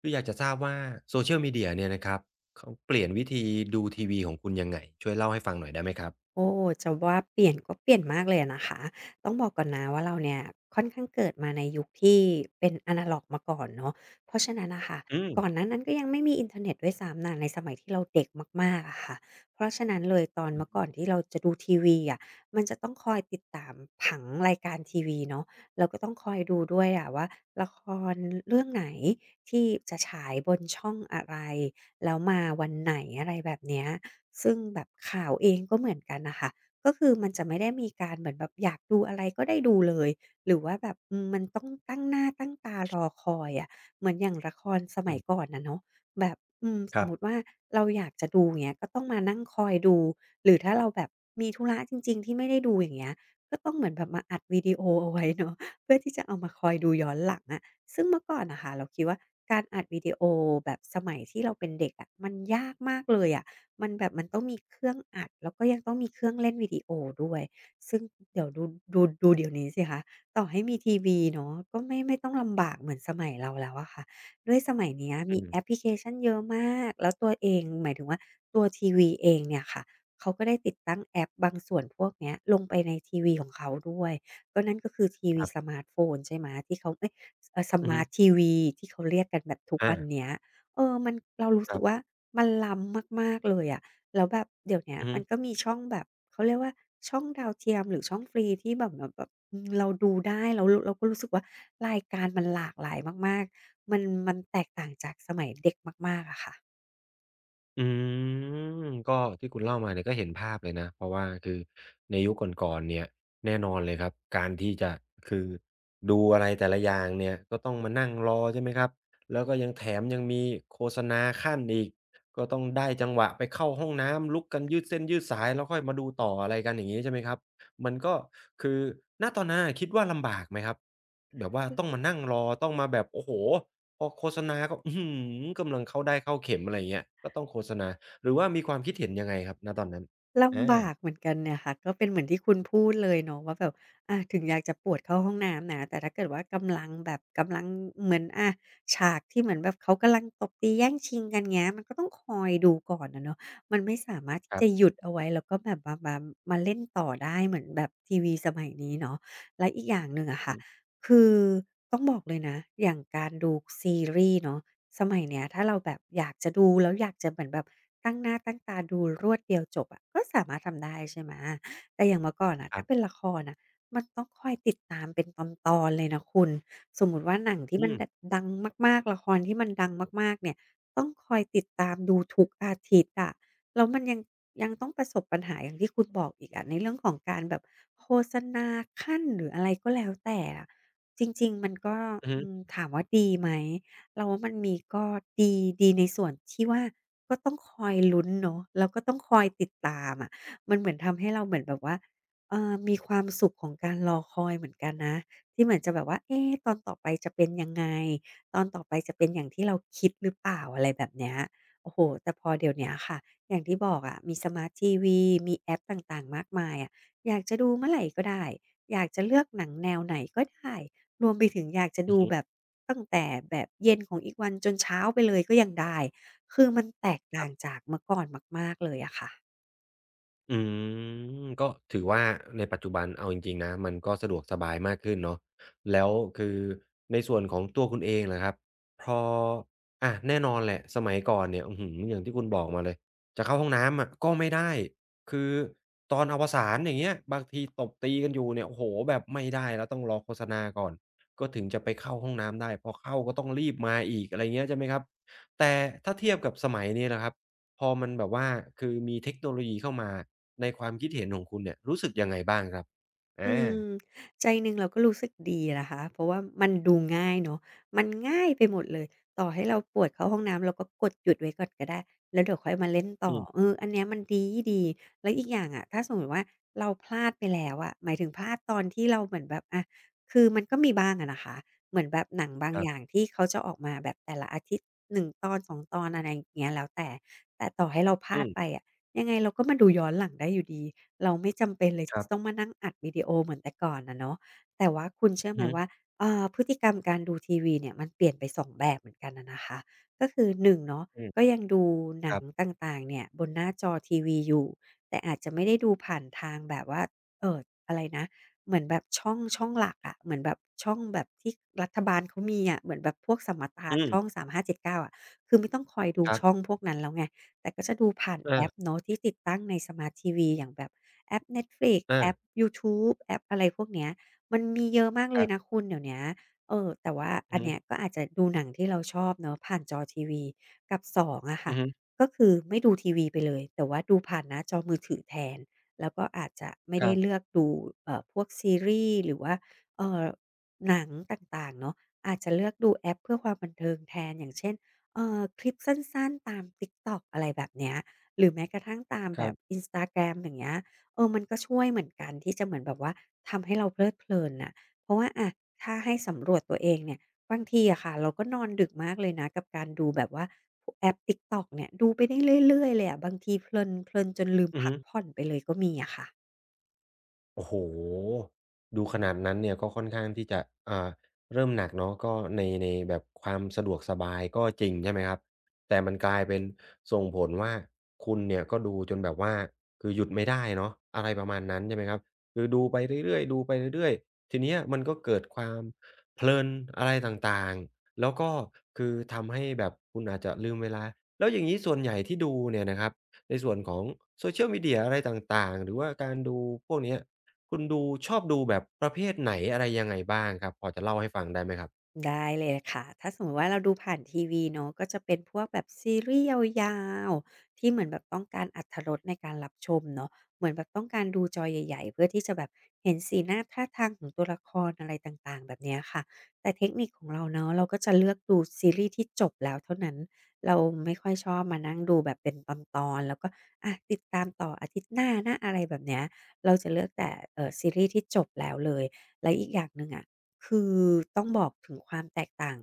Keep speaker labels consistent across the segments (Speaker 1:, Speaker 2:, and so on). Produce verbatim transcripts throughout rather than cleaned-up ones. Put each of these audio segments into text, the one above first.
Speaker 1: คืออยากจะทราบว่าโซเชียลมีเดียเนี่ยนะครับเขาเปลี่ยนวิธีดูทีวีของคุณยังไงช่วยเล่าให้ฟังหน่อยได้ไหมครับ
Speaker 2: โอ้จะว่าเปลี่ยนก็เปลี่ยนมากเลยอะนะคะ ต้องบอกก่อนนะว่าเราเนี่ยค่อนข้างเกิดมาในยุคที่เป็นอนาล็อกมาก่อนเนาะเพราะฉะนั้นน่ะค่ะ
Speaker 1: อืม
Speaker 2: ก่อนหน้านั้นก็ยังไม่มีอินเทอร์เน็ตด้วยซ้ำน่ะในสมัยที่เราเด็กมากๆอะค่ะ เพราะฉะนั้นเลยตอน
Speaker 1: อือ
Speaker 2: เมื่อ
Speaker 1: ฮึ
Speaker 2: ก่อนที่เราจะดูทีวีอะมันจะต้องคอยติดตามผังรายการทีวีเนาะเราก็ต้องคอยดูด้วยอะว่าละครเรื่องไหนที่จะฉายบนช่องอะไรแล้วมาวันไหนอะไรแบบเนี้ย ซึ่งแบบข่าวเองก็เหมือนกันนะคะ ก็คือมันจะไม่ได้มีการเหมือนแบบอยากดูอะไรก็ได้ดูเลย หรือว่าแบบอืมมันต้องตั้งหน้าตั้งตารอคอยอะเหมือนอย่างละครส
Speaker 1: อื
Speaker 2: มัยก่
Speaker 1: ม
Speaker 2: อนน่ะเนาะแบบอืมส
Speaker 1: ค
Speaker 2: ม
Speaker 1: รั
Speaker 2: มุติ
Speaker 1: บ
Speaker 2: ว่าเราอยากจะดูอย่างเงี้ยก็ต้องมานั่งคอยดู หรือถ้าเราแบบมีธุระจริงๆที่ไม่ได้ดูอย่างเงี้ยก็ต้องเหมือนแบบมาอัดวิดีโอเอาไว้เนาะเพื่อที่จะเอามาคอยดูย้อนหลังอะซึ่งเมื่อก่อนน่ะค่ะเราคิดว่าการอัดวิดีโอแบบสมัยที่เราเป็นเด็กอะมันยากมากเลยอะ มันแบบมันต้องมีเครื่องอัดแล้วก็ยังต้องมีเครื่องเล่นวิดีโอด้วยซึ่งเดี๋ยวดูดูดูเดี๋ยวนี้สิคะต่อให้มีทีวีเนาะก็ไม่ไม่ต้องลำบากเหมือนสมัยเราแล้วอะค่ะด้วยสมัยเนี้ย
Speaker 1: อื
Speaker 2: มีแอ
Speaker 1: ม
Speaker 2: ปพลิเคชันเยอะมากแล้วตัวเองหมายถึงว่าตัวทีวีเองเนี่ยค่ะเขาก็ได้ติดตั้งแอปบางส่วนพวกเนี้ยลงไปในทีวีของเขาด้วยก็นั่นก็คือที
Speaker 1: ค
Speaker 2: วี
Speaker 1: รั
Speaker 2: ส
Speaker 1: บ
Speaker 2: มาร์ตโฟนใช่ไหมที่เขาเอ๊ยเอ่อส
Speaker 1: อือ
Speaker 2: มา
Speaker 1: ฮึ
Speaker 2: ร์ตทีวีที่เขาเรียกกันแบบทุก
Speaker 1: อา
Speaker 2: วันเนี้ย เออมันเรารู้
Speaker 1: ค
Speaker 2: สึ
Speaker 1: รั
Speaker 2: กว่า
Speaker 1: บ
Speaker 2: มันล้ำมากๆเลยอะแล้วแบบเดี๋ยวเนี้ย
Speaker 1: อือฮึ
Speaker 2: มันก็มีช่องแบบเขาเรียกว่าช่องดาวเทียมหรือช่องฟรีที่แบบแบบแบบอืมเราดูได้แล้วรเราก็รู้สึกว่ารายการมันหลากหลายมากๆมันมันแตกต่างจากสมัยเด็กมากๆอะค่ะ
Speaker 1: อืมก็ที่คุณเล่ามาเนี่ยก็เห็นภาพเลยนะเพราะว่าคือในยุคก่อนๆเนี่ยแน่นอนเลยครับการที่จะคือดูอะไรแต่ละอย่างเนี่ยก็ต้องมานั่งรอใช่ไหมครับแล้วก็ยังแถมยังมีโฆษณาขั้นอีกก็ต้องได้จังหวะไปเข้าห้องน้ำลุกกันยืดเส้นยืดสายแล้วค่อยมาดูต่ออะไรกันอย่างงี้ใช่ไหมครับมันก็คือณตอนนั้นนะคิดว่าลำบากไหมครับแบบว่าต้องมานั่งรอต้องมาแบบโอ้โฮ พอโฆษณาก็อื้อฮือกำลังเข้าได้เข้าเข็มอะไรอย่างเงี้ยก็ต้องโฆษณาหรือว่ามีความคิดเห็นยังไงครับณตอนนั้นอา
Speaker 2: ลำบากเหมือนกันเนี่ยค่ะก็เป็นเหมือนที่คุณพูดเลยเนาะว่าแบบอาถึงอยากจะปวดเข้าห้องน้ำนะแต่ถ้าเกิดว่ากำลังแบบกำลังเหมือนอาฉากที่เหมือนแบบเขากำลังตบตีแย่งชิงกันเงี้ยมันก็ต้องคอยดูก่อนอะเนาะมันไม่สามารถที่
Speaker 1: ค
Speaker 2: จะ
Speaker 1: ร
Speaker 2: หยุดเอาไว้แล้วก็แบบมามามาเล่นต่อได้เหมือนแบบทีวีสมัยนี้เนาะและอีกอย่างหนึ่งอะค่ะคือต้องบอกเลยนะอย่างการดูซีรีส์เนาะ สมัยเนี้ยถ้าเราแบบอยากจะดูแล้วอยากจะเหมือนแบบตั้งหน้าตั้งตาดูรวดเดียวจบอะก็สามารถทำได้ใช่ไหมแต่อย่างเมื่อก่อนน่ะ
Speaker 1: ั
Speaker 2: ถ้า
Speaker 1: บๆ
Speaker 2: เป็นละครน่ะมันต้องคอยติดตามเป็นตอนๆเลยนะคุณสมมุติว่าหนังที่
Speaker 1: อื
Speaker 2: มัน
Speaker 1: ม
Speaker 2: ดดังมากๆละครที่มันดังมากๆเนี่ยต้องคอยติดตามดูทุกอาทิตย์อะแล้วมันยังยังต้องประสบปัญหาอย่างที่คุณบอกอีกอะในเรื่องของการแบบโฆษณาขั้นหรืออะไรก็แล้วแต่อะจริงๆมันก็
Speaker 1: อือฮึ
Speaker 2: อืมถามว่าดีไหม เราว่ามันมีก็ดีดีในส่วนที่ว่าก็ต้องคอยลุ้นเนาะแล้วก็ต้องคอยติดตามอะมันเหมือนทำให้เราเหมือนแบบว่าเอ่อมีความสุขของการรอคอยเหมือนกันนะที่เหมือนจะแบบว่าเอ๊ตอนต่อไปจะเป็นยังไงตอนต่อไปจะเป็นอย่างที่เราคิดหรือเปล่าอะไรแบบเนี้ยโอ้โฮแต่พอเดี๋ยวเนี้ยค่ะอย่างที่บอกอะมีสมาร์ตทีวีมีแอปต่างๆมากมายอะอยากจะดูเมื่อไหร่ก็ได้อยากจะเลือกหนังแนวไหนก็ได้ รวมไปถึงอยากจะดูแบบตั้งแต่แบบเย็นของอีกวันจนเช้าไปเลยก็ยังได้ คือมันแตก
Speaker 1: ค
Speaker 2: ต่า
Speaker 1: รั
Speaker 2: ง
Speaker 1: บ
Speaker 2: จากเมื่อก่อนมากๆเลยอะค่ะ
Speaker 1: อืมก็ถือว่าในปัจจุบันเอาจริงๆนะมันก็สะดวกสบายมากขึ้นเนาะแล้วคือในส่วนของตัวคุณเองล่ะครับพออะแน่นอนแหละสมัยก่อนเนี่ยอื้อฮืออย่างที่คุณบอกมาเลยจะเข้าห้องน้ำอะก็ไม่ได้คือตอนอวสานอย่างเงี้ยบางทีตบตีกันอยู่เนี่ยโอ้โฮแบบไม่ได้แล้วต้องรอโฆษณาก่อนก็ถึงจะไปเข้าห้องน้ำได้พอเข้าก็ต้องรีบมาอีกอะไรเงี้ยใช่ไหมครับแต่ถ้าเทียบกับสมัยนี้ล่ะครับ พอมันแบบว่าคือมีเทคโนโลยีเข้ามาในความคิดเห็นของคุณเนี่ยรู้สึกยังไงบ้างครับอ
Speaker 2: อื
Speaker 1: า
Speaker 2: มใจหนึ่งเราก็รู้สึกดีนะคะเพราะว่ามันดูง่ายเนาะมันง่ายไปหมดเลยต่อให้เราปวดเข้าห้องน้ำเราก็กดหยุดไว้ก่อนก็ได้แล้วเดี๋ยวค่อยมาเล่นต่
Speaker 1: อื
Speaker 2: อเอ
Speaker 1: ม
Speaker 2: ออันเนี้ยมันดีดีแล้วอีกอย่างอะถ้าสมมุติว่าเราพลาดไปแล้วอะหมายถึงพลาดตอนที่เราเหมือนแบบอะคือมันก็มีบ้างอะนะคะเหมือนแบบหนังบาง
Speaker 1: ครั
Speaker 2: อย่าง
Speaker 1: บ
Speaker 2: ที่เขาจะออกมาแบบแต่ละอาทิตย์หนึ่งตอนสองตอนอะไรอย่างเงี้ยแล้วแต่แต่ต่อให้เราพ
Speaker 1: อื
Speaker 2: ลาด
Speaker 1: ม
Speaker 2: ไปอะยังไงเราก็มาดูย้อนหลังได้อยู่ดี เราไม่จำเป็นเลย
Speaker 1: ค
Speaker 2: ที่
Speaker 1: รั
Speaker 2: จะต้อง
Speaker 1: บ
Speaker 2: มานั่งอัดวิดีโอเหมือนแต่ก่อนนะเนาะแต่ว่าคุณเชื่อ
Speaker 1: อื
Speaker 2: ไหม
Speaker 1: อฮึ
Speaker 2: ว่าเอ่อพฤติกรรมการดูทีวีเนี่ยมันเปลี่ยนไปสองแบบเหมือนกันน่ะนะคะก็คือหนึ่งเนาะ
Speaker 1: อื
Speaker 2: ก็
Speaker 1: ม
Speaker 2: ยังดูห
Speaker 1: ค
Speaker 2: นัง
Speaker 1: รับ
Speaker 2: ต่างๆเนี่ยบนหน้าจอทีวีอยู่ แต่อาจจะไม่ได้ดูผ่านทางแบบว่าเอ่ออะไรนะเหมือนแบบช่องช่องหลักอะเหมือนแบบช่องแบบที่รัฐบาลเขามีอะเหมือนแบบพวกสมทา
Speaker 1: อื
Speaker 2: นช่อง
Speaker 1: ม
Speaker 2: สาม ห้า เจ็ด เก้าอะคือไม่ต้องคอยดู
Speaker 1: ครั
Speaker 2: ช่อง
Speaker 1: บ
Speaker 2: พวกนั้นแล้วไงแต่ก็จะดูผ่านแอป
Speaker 1: อ
Speaker 2: เนาะที่ติดตั้งในสมาร์ตทีวีอย่างแบบ แอป Netflix
Speaker 1: า
Speaker 2: แอ
Speaker 1: ๆ
Speaker 2: ปยูทูบแอปอะไรพวกเนี้ยมันมีเยอะมาก
Speaker 1: ค
Speaker 2: เลย
Speaker 1: รั
Speaker 2: นะ
Speaker 1: บ
Speaker 2: คุณเดี๋ยวเนี้ยเออ แต่ว่า
Speaker 1: อือ
Speaker 2: อัน
Speaker 1: ฮึ
Speaker 2: เนี้ยก็อาจจะดูหนังที่เราชอบเนาะผ่านจอทีวีกับสององอะ
Speaker 1: อื
Speaker 2: ค่ะ
Speaker 1: อฮึ
Speaker 2: ก็คือไม่ดูทีวีไปเลย แต่ว่าดูผ่านหน้าจอมือถือแทน แล้วก็อาจจะไม่
Speaker 1: ครั
Speaker 2: ได้
Speaker 1: บ
Speaker 2: เลือกดูเอ่อพวกซีรีส์หรือว่าเอ่อหนังต่างๆเนาะอาจจะเลือกดูแอปเพื่อความบันเทิงแทนอย่างเช่นเอ่อคลิปสั้นๆตาม TikTok อะไรแบบเนี้ยหรือแม้กระทั่งตาม
Speaker 1: ค
Speaker 2: แบ
Speaker 1: รั
Speaker 2: บ
Speaker 1: บ
Speaker 2: Instagram อย่างเงี้ย เออมันก็ช่วยเหมือนกันที่จะเหมือนแบบว่าทำให้เราเพลิดเพลินน่ะเพราะว่าอะถ้าให้สำรวจตัวเองเนี่ยบางทีอะค่ะเราก็นอนดึกมากเลยนะกับการดูแบบว่าพวกแอป TikTok เนี่ยดูไปได้เรื่อยๆเลยอะบางทีเพลินเพลินจนลืม
Speaker 1: อือ
Speaker 2: พั
Speaker 1: ฮึ
Speaker 2: กผ่อนไปเลยก็มีอะค่ะ
Speaker 1: โอ้โฮดูขนาดนั้นเนี่ยก็ค่อนข้างที่จะอ่าเริ่มหนักเนาะก็ในในแบบความสะดวกสบายก็จริงใช่ไหมครับแต่มันกลายเป็นส่งผลว่าคุณเนี่ยก็ดูจนแบบว่าคือหยุดไม่ได้เนาะอะไรประมาณนั้นใช่ไหมครับคือดูไปเรื่อยๆดูไปเรื่อยๆทีเนี้ยมันก็เกิดความเพลินอะไรต่างๆแล้วก็คือทำให้แบบคุณอาจจะลืมเวลาแล้วอย่างงี้ส่วนใหญ่ที่ดูเนี่ยนะครับในส่วนของ Social Media อะไรต่างๆหรือว่าการดูพวกเนี้ย คุณดูชอบดูแบบประเภทไหนอะไรยังไงบ้างครับพอจะเล่าให้ฟังได้ไหมครับ
Speaker 2: ได้เลยค่ะถ้าสมมติว่าเราดูผ่านทีวีเนาะก็จะเป็นพวกแบบซีรีส์ยาวๆที่เหมือนแบบต้องการอรรถรสในการรับชมเนาะเหมือนแบบต้องการดูจอใหญ่ๆเพื่อที่จะแบบเห็นสีหน้าท่าทางของตัวละครอะไรต่างๆแบบเนี้ยค่ะแต่เทคนิคของเราเนาะเราก็จะเลือกดูซีรีส์ที่จบแล้วเท่านั้นเราไม่ค่อยชอบมานั่งดูแบบเป็นตอนๆ แล้วก็อะติดตามต่ออาทิตย์หน้านะอะไรแบบเนี้ยเราจะเลือกแต่เออซีรีส์ที่จบแล้วเลยและอีกอย่างหนึ่งอะ คือต้องบอกถึงความแตกต่าง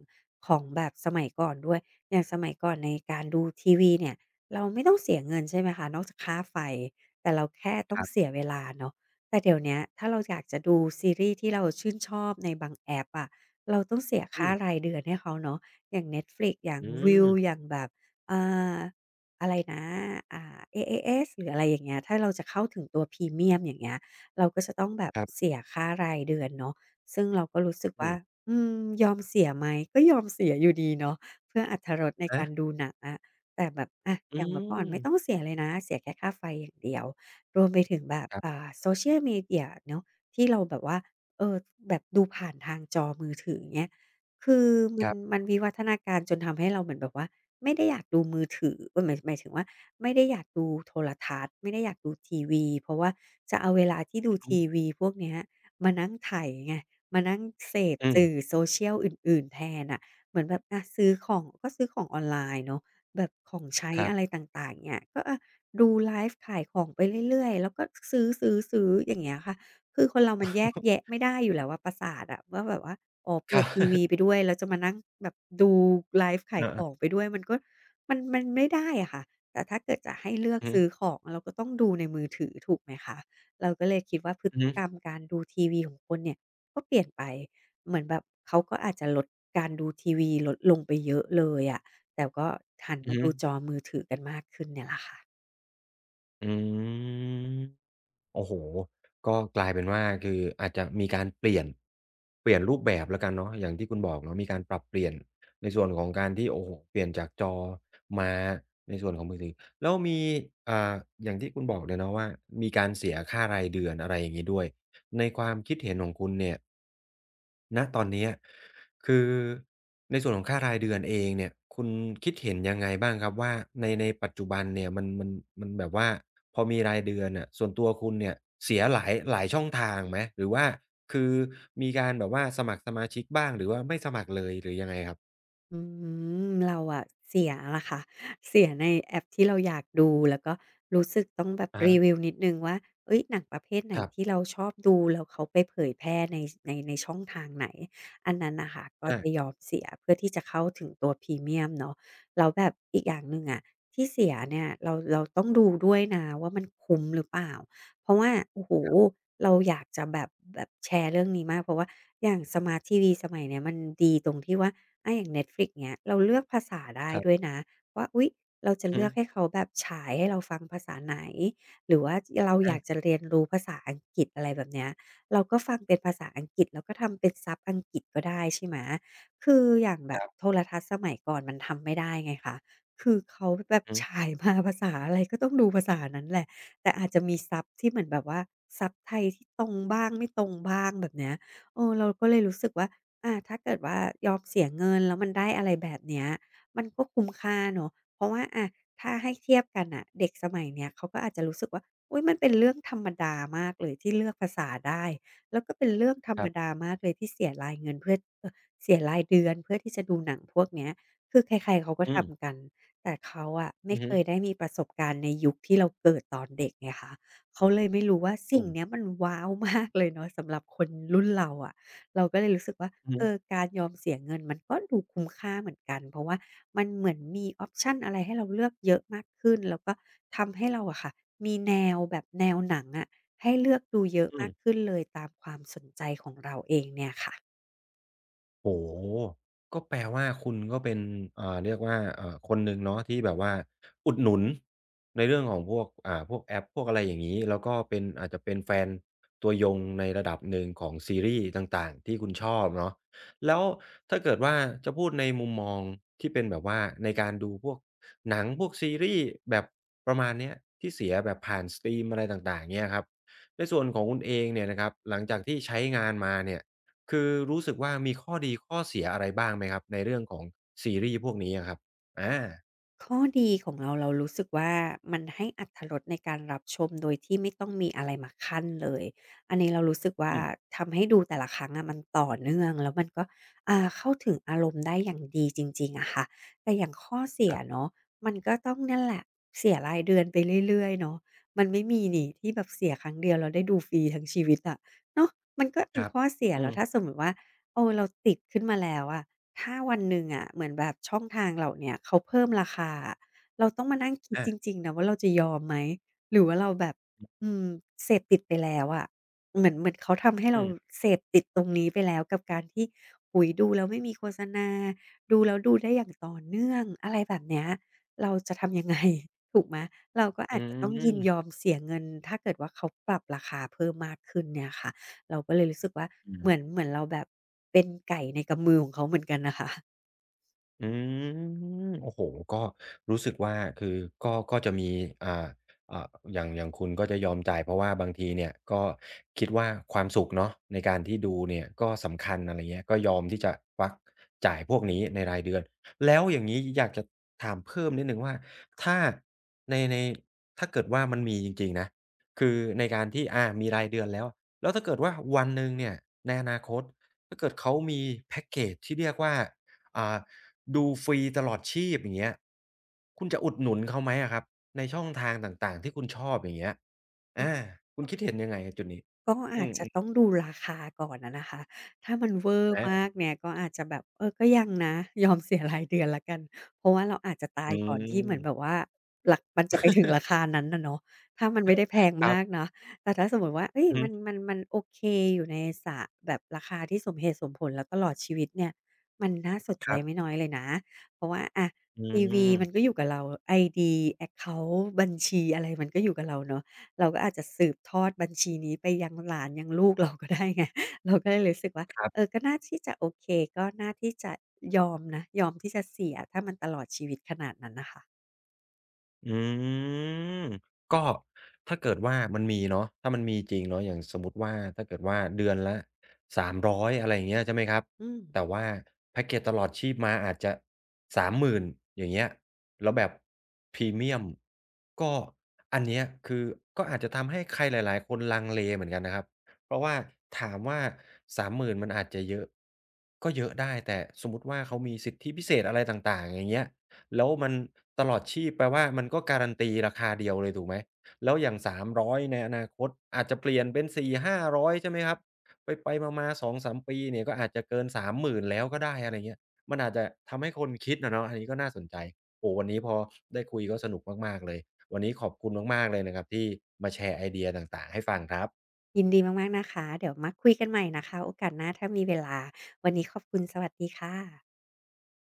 Speaker 2: ของแบบสมัยก่อนด้วยอย่างสมัยก่อนในการดูทีวีเนี่ยเราไม่ต้องเสียเงินใช่ไหมคะนอกจากค่าไฟแต่เราแค่ต้
Speaker 1: ค
Speaker 2: อง
Speaker 1: รั
Speaker 2: เสี
Speaker 1: บ
Speaker 2: ยเวลาเนาะแต่เดี๋ยวเนี้ยถ้าเราอยากจะดูซีรีส์ที่เราชื่นชอบในบางแอปอะเราต้องเสีย
Speaker 1: อื
Speaker 2: ค่า
Speaker 1: ม
Speaker 2: รายเดือนให้เขาเนาะอย่าง Netflix อย่าง
Speaker 1: อื
Speaker 2: Viu อย่า
Speaker 1: ม
Speaker 2: งแบบอ่าอะไรนะอ่า เอ เอ เอส หรืออะไรอย่างเงี้ยถ้าเราจะเข้าถึงตัวพรีเมียมอย่างเงี้ยเราก็จะต้องแบบ
Speaker 1: ครับ
Speaker 2: เสียค่ารายเดือนเนาะ ซึ่งเราก็รู้สึก
Speaker 1: อื
Speaker 2: ว่า
Speaker 1: ม
Speaker 2: อืมยอมเสียไหมก็ยอมเสียอยู่ดีเนาะเพื่ออรรถรสใน
Speaker 1: ฮะ
Speaker 2: การดูหนังอะแต่แบบอะ
Speaker 1: อื
Speaker 2: อย่างเมื่อก่อน
Speaker 1: ม
Speaker 2: ไม่ต้องเสียเลยนะเสียแค่ค่าไฟอย่างเดียวรวมไปถึงแบบ
Speaker 1: ครับ
Speaker 2: อ่า Social Media เนาะที่เราแบบว่าเออแบบดูผ่านทางจอมือถืออย่างเงี้ยคือมั
Speaker 1: ค
Speaker 2: น
Speaker 1: รับ
Speaker 2: มันวิวัฒนาการจนทำให้เราเหมือนแบบว่าไม่ได้อยากดูมือถือเออหมายหมายถึงว่าไม่ได้อยากดูโทรทัศน์ไม่ได้อยากดูทีวีเพราะว่าจะเอาเวลาที่ดู
Speaker 1: อือฮึ
Speaker 2: ทีวีพวกเนี้ยมานั่งไถไง มานั่งเสพ
Speaker 1: อืม
Speaker 2: สื่อโซเช i ยลอื่นๆแทนน่ะเหมือนแบบอะซื้อของก็ซื้อของออนไลน์เนาะแบบของใช้
Speaker 1: ครั
Speaker 2: อะไร
Speaker 1: บ
Speaker 2: ต่างๆเนี่ยก็อะดูไลฟ์ขายของไปเรื่อยๆแล้วก็ซื้อๆๆอย่างเงี้ยค่ะคือคนเรามันแยกแยะไม่ได้อยู่แล้วอะประสาทอะว่าแบบว่าอ๋อ
Speaker 1: ค
Speaker 2: เปิ
Speaker 1: รั
Speaker 2: ด
Speaker 1: บ
Speaker 2: ทีวีไป ด้วยแล้วจะมานั่งแบบดูไลฟ์ขายของ
Speaker 1: เออ
Speaker 2: ไปด้วยมันก็มันมันไม่ได้อะค่ะแต่ถ้าเกิดจะให้เลือก
Speaker 1: ๆอือฮึ
Speaker 2: ซื้อของเราก็ต้องดูในมือถือถูกไหมคะเราก็เลยคิดว่าพฤ
Speaker 1: อือ
Speaker 2: ติกร
Speaker 1: ฮึ
Speaker 2: รมการดูทีวีของคนเนี่ย ก็เปลี่ยนไปเหมือนแบบเขาก็อาจจะลดการดูทีวีลดลงไปเยอะเลยอะแต่ก็หัน
Speaker 1: อือ
Speaker 2: มา
Speaker 1: ฮึ
Speaker 2: ดูจอมือถือกันมากขึ้นเนี่ยแหละค่ะ
Speaker 1: อืม โอ้โฮก็กลายเป็นว่าคืออาจจะมีการเปลี่ยนเปลี่ยนรูปแบบแล้วกันเนาะอย่างที่คุณบอกเนาะมีการปรับเปลี่ยนในส่วนของการที่โอ้โฮเปลี่ยนจากจอมาในส่วนของมือถือแล้วมีอ่าอย่างที่คุณบอกเลยเนาะว่ามีการเสียค่ารายเดือนอะไรอย่างงี้ด้วยในความคิดเห็นของคุณเนี่ยณตอนเนี้ย คือในส่วนของค่ารายเดือนเองเนี่ยคุณคิดเห็นยังไงบ้างครับว่าในในปัจจุบันเนี่ยมันมันมันแบบว่าพอมีรายเดือนน่ะส่วนตัวคุณเนี่ยเสียหลายหลายช่องทางไหมหรือว่าคือมีการแบบว่าสมัครสมาชิกบ้างหรือว่าไม่สมัครเลยหรือยังไงครับ
Speaker 2: อืมเราอะเสียล่ะค่ะเสียในแอปที่เราอยากดูแล้วก็รู้สึกต้องแบบ
Speaker 1: อะฮะ
Speaker 2: รีวิวนิดหนึ่งว่าเฮ้ยหนังประเภทไหน
Speaker 1: ครั
Speaker 2: ที่
Speaker 1: บ
Speaker 2: เราชอบดูแล้วเขาไปเผยแพร่ในในในช่องทางไหนอันนั้นน่ะค่ะก็จะ
Speaker 1: อา
Speaker 2: ยอมเสียเพื่อที่จะเข้าถึงตัวพรีเมียมเนาะแล้วแบบอีกอย่างหนึ่งอะที่เสียเนี่ยเราเราต้องดูด้วยนะว่ามันคุ้มหรือเปล่าเพราะว่าโอ้โฮเราอยากจะแบบแบบแชร์เรื่องนี้มากเพราะว่าอย่างสมาร์ตทีวีสมัยเนี้ยมันดีตรงที่ว่า อาอย่าง Netflix เนี้ยเราเลือกภาษาได้
Speaker 1: ครั
Speaker 2: ด้วย
Speaker 1: บ
Speaker 2: นะว่าอุ๊ยเราจะ
Speaker 1: อือฮึ
Speaker 2: เลือกให้เขาแบบฉายให้เราฟังภาษาไหนหรือว่าเราอ
Speaker 1: อา
Speaker 2: ยากจะเรียนรู้ภาษาอังกฤษอะไรแบบเนี้ยเราก็ฟังเป็นภาษาอังกฤษแล้วก็ทำเป็นซับอังกฤษก็ได้ใช่ไหมคืออย่างแบ
Speaker 1: ค
Speaker 2: บ
Speaker 1: รั
Speaker 2: โท
Speaker 1: บ
Speaker 2: รทัศน์สมัยก่อนมันทำไม่ได้ไงคะคือเขาแบบ
Speaker 1: อือฮึ
Speaker 2: ฉายมาภาษาอะไรก็ต้องดูภาษานั้นแหละแต่อาจจะมีซับที่เหมือนแบบว่าซับไทยที่ตรงบ้างไม่ตรงบ้างแบบเนี้ยเออเราก็เลยรู้สึกว่า อาถ้าเกิดว่ายอมเสียเงินแล้วมันได้อะไรแบบเนี้ยมันก็คุ้มค่าเนาะเพราะว่าอะถ้าให้เทียบกันน่ะเด็กสมัยเนี้ยเขาก็อาจจะรู้สึกว่าอุ๊ยมันเป็นเรื่องธรรมดามากเลยที่เลือกภาษาได้แล้วก็เป็นเรื่องธร
Speaker 1: ค
Speaker 2: รม
Speaker 1: รับ
Speaker 2: ดามากเลยที่เสียรายเงินเพื่อเอ่อเสียรายเดือนเพื่อที่จะดูหนังพวกเนี้ยคือใครๆเขาก็
Speaker 1: อื
Speaker 2: ทำ
Speaker 1: ม
Speaker 2: กันแต่เขาอะไม่
Speaker 1: อือ
Speaker 2: เค
Speaker 1: ฮึ
Speaker 2: ยได้มีประสบการณ์ในยุคที่เราเกิดตอนเด็กไงคะเขาเลยไม่รู้ว่าสิ่ง
Speaker 1: อืม
Speaker 2: เนี้ยมันว้าวมากเลยเนาะสำหรับคนรุ่นเราอะ เราก็เลยรู้สึกว่า
Speaker 1: อือ
Speaker 2: เอ
Speaker 1: ฮึ
Speaker 2: อการยอมเสียเงินมันก็ดูคุ้มค่าเหมือนกันเพราะว่ามันเหมือนมีออปชันอะไรให้เราเลือกเยอะมากขึ้นแล้วก็ทำให้เราอะค่ะมีแนวแบบแนวหนังอะให้เลือกดูเยอะ
Speaker 1: อื
Speaker 2: มาก
Speaker 1: ม
Speaker 2: ขึ้นเลยตามความสนใจของเราเองเนี่ยค่ะ
Speaker 1: โอ้โฮก็แปลว่าคุณก็เป็นอ่าเรียกว่าเอ่อคนหนึ่งเนาะที่แบบว่าอุดหนุนในเรื่องของพวกอ่าพวกแอปพวกอะไรอย่างงี้แล้วก็เป็นอาจจะเป็นแฟนตัวยงในระดับหนึ่งของซีรีส์ต่างๆที่คุณชอบเนาะแล้วถ้าเกิดว่าจะพูดในมุมมองที่เป็นแบบว่าในการดูพวกหนังพวกซีรีส์แบบประมาณเนี้ยที่เสียแบบผ่านสตรีมอะไรต่างๆเงี้ยครับในส่วนของคุณเองเนี่ยนะครับหลังจากที่ใช้งานมาเนี่ย คือรู้สึกว่ามีข้อดีข้อเสียอะไรบ้างไหมครับในเรื่องของซีรีส์พวกนี้อะครับอา
Speaker 2: ข้อดีของเราเรารู้สึกว่ามันให้อรรถรสในการรับชมโดยที่ไม่ต้องมีอะไรมาคั่นเลยอันนี้เรารู้สึกว่า
Speaker 1: อืม
Speaker 2: ทำให้ดูแต่ละครั้งอะมันต่อเนื่องแล้วมันก็อ่าเข้าถึงอารมณ์ได้อย่างดีจริงๆอะค่ะแต่อย่างข้อเสี
Speaker 1: ค
Speaker 2: ย
Speaker 1: รับ
Speaker 2: เนาะมันก็ต้องนั่นแหละเสียรายเดือนไปเรื่อยๆเนาะมันไม่มีนี่ที่แบบเสียครั้งเดียวแล้วได้ดูฟรีทั้งชีวิตอะเนาะมันก็
Speaker 1: ค
Speaker 2: เป็น
Speaker 1: รับ
Speaker 2: ข้อเสีย
Speaker 1: อื
Speaker 2: แล้ว
Speaker 1: ม
Speaker 2: ถ้าสมมุติว่าเออเราติดขึ้นมาแล้วอะ ถ้าวันหนึ่งอะเหมือนแบบช่องทางเหล่าเนี้ยเขาเพิ่มราคาอะเราต้องมานั่งคิด
Speaker 1: อา
Speaker 2: จริงๆนะว่าเราจะยอมไหมหรือว่าเราแบบอืมเสพติดไปแล้วอะเหมือนเหมือนเขาทำให้
Speaker 1: อื
Speaker 2: เรา
Speaker 1: ม
Speaker 2: เสพติดตรงนี้ไปแล้วกับการที่โอ้โฮดูแล้วไม่มีโฆษณาดูแล้วดูได้อย่างต่อเนื่องอะไรแบบเนี้ยเราจะทำยังไง ถูกไหมเราก็
Speaker 1: อื
Speaker 2: อาจจะต้องยินย
Speaker 1: ม
Speaker 2: อมเสียเงินถ้าเกิดว่าเขาปรับราคาเพิ่มมากขึ้นเนี่ยค่ะ เราก็เลยรู้สึกว่า
Speaker 1: อื
Speaker 2: เหมือน
Speaker 1: ม
Speaker 2: เหมือนเราแบบเป็นไก่ในกำมือของเขาเหมือนกันน่ะค่ะ
Speaker 1: อืมโอ้โฮก็รู้สึกว่าคือก็ก็จะมีอ่าอ่าอย่างอย่างคุณก็จะยอมจ่ายเพราะว่าบางทีเนี่ยก็คิดว่าความสุขเนาะในการที่ดูเนี่ยก็สำคัญอะไรเงี้ยก็ยอมที่จะควักจ่ายพวกนี้ในรายเดือนแล้วอย่างงี้อยากจะถามเพิ่มนิดหนึ่งว่าถ้าในในถ้าเกิดว่ามันมีจริงๆนะคือในการที่อามีรายเดือนแล้วแล้วถ้าเกิดว่าวันหนึ่งเนี่ยในอนาคตถ้าเกิดเขามีแพ็กเกจที่เรียกว่าอ่า ดูฟรีตลอดชีพอย่างเงี้ยคุณจะอุดหนุนเขาไหมอะครับในช่องทางต่างๆที่คุณชอบอย่างเงี้ยอาคุณคิดเห็นยังไงจุดนี้
Speaker 2: ก็
Speaker 1: อื
Speaker 2: อาจ
Speaker 1: ม
Speaker 2: จะต้อ
Speaker 1: ๆ
Speaker 2: งดูราคาก่อนอะนะคะถ้ามันเวอร์มา
Speaker 1: อา
Speaker 2: กเนี่ยก็อาจจะแบบเออก็ยังนะยอมเสียรายเดือนแล้วกันเพราะว่าเราอาจจะตา
Speaker 1: อื
Speaker 2: ยก่อนที่เหมือนแบบ
Speaker 1: ม
Speaker 2: ว่าหลักมันจะไปถึงราคานั้นน่ะเนาะถ้ามันไม่ได้แพง
Speaker 1: ครั
Speaker 2: มาก
Speaker 1: บ
Speaker 2: เนาะแต่ถ้าสมมุติว่าเฮ้ย
Speaker 1: อือฮึ
Speaker 2: มันมันมันโอเคอยู่ในสระแบบราคาที่สมเหตุสมผลแล้วตลอดชีวิตเนี่ยมันน่าสน
Speaker 1: ค
Speaker 2: ใจ
Speaker 1: รับ
Speaker 2: ไม่น้อยเลยนะเพราะว่าอะ
Speaker 1: อื
Speaker 2: ทีวีมันก็
Speaker 1: ม
Speaker 2: อยู่กับเราไอดีแอ็กเคานต์บัญชีอะไรมันก็อยู่กับเราเนาะ เราก็อาจจะสืบทอดบัญชีนี้ไปยังหลานยังลูก เราก็ได้ไง เราก็เลยรู้สึกว่า
Speaker 1: ครั
Speaker 2: เออ
Speaker 1: บ
Speaker 2: ก็น่าที่จะโอเคก็น่าที่จะยอมนะยอมที่จะเสียถ้ามันตลอดชีวิตขนาดนั้นน่ะค่ะ
Speaker 1: อืมก็ถ้าเกิดว่ามันมีเนาะถ้ามันมีจริงเนาะอย่างสมมุติว่าถ้าเกิดว่าเดือนละสามร้อยอยอะไรอย่างเงี้ยใช่ไหมครับ
Speaker 2: อืม
Speaker 1: แต่ว่าแพ็กเกจตลอดชีพมาอาจจะสามหมื่นอย่างเงี้ยแล้วแบบพรีเมียมก็อันเนี้ยคือก็อาจจะทำให้ใครหลายๆคนลังเลเหมือนกันนะครับเพราะว่าถามว่าสามหมื่นมหมื่นมันอาจจะเยอะก็เยอะได้แต่สมมุติว่าเขามีสิทธิพิเศษอะไรต่างๆอย่างเงี้ย แล้วมันตลอดชีพแปลว่ามันก็การันตีราคาเดียวเลยถูกไหมแล้วอย่างสามร้อยในอนาคตอาจจะเปลี่ยนเป็นสี่ห้าร้อยใช่ไหมครับไปๆมาๆสองสามปีเนี่ยก็อาจจะเกินสามหมื่นแล้วก็ได้อะไรเงี้ยมันอาจจะทำให้คนคิดอะเนาะอันนี้ก็น่าสนใจโอ้โฮวันนี้พอได้คุยก็สนุกมากๆเลยวันนี้ขอบคุณมากๆเลยนะครับที่มาแชร์ไอเดียต่างๆให้ฟังครับ
Speaker 2: ยินดีมากๆนะคะเดี๋ยวมาคุยกันใหม่นะคะโอกาสหน้าถ้ามีเวลาวันนี้ขอบคุณสวัสดีค่ะ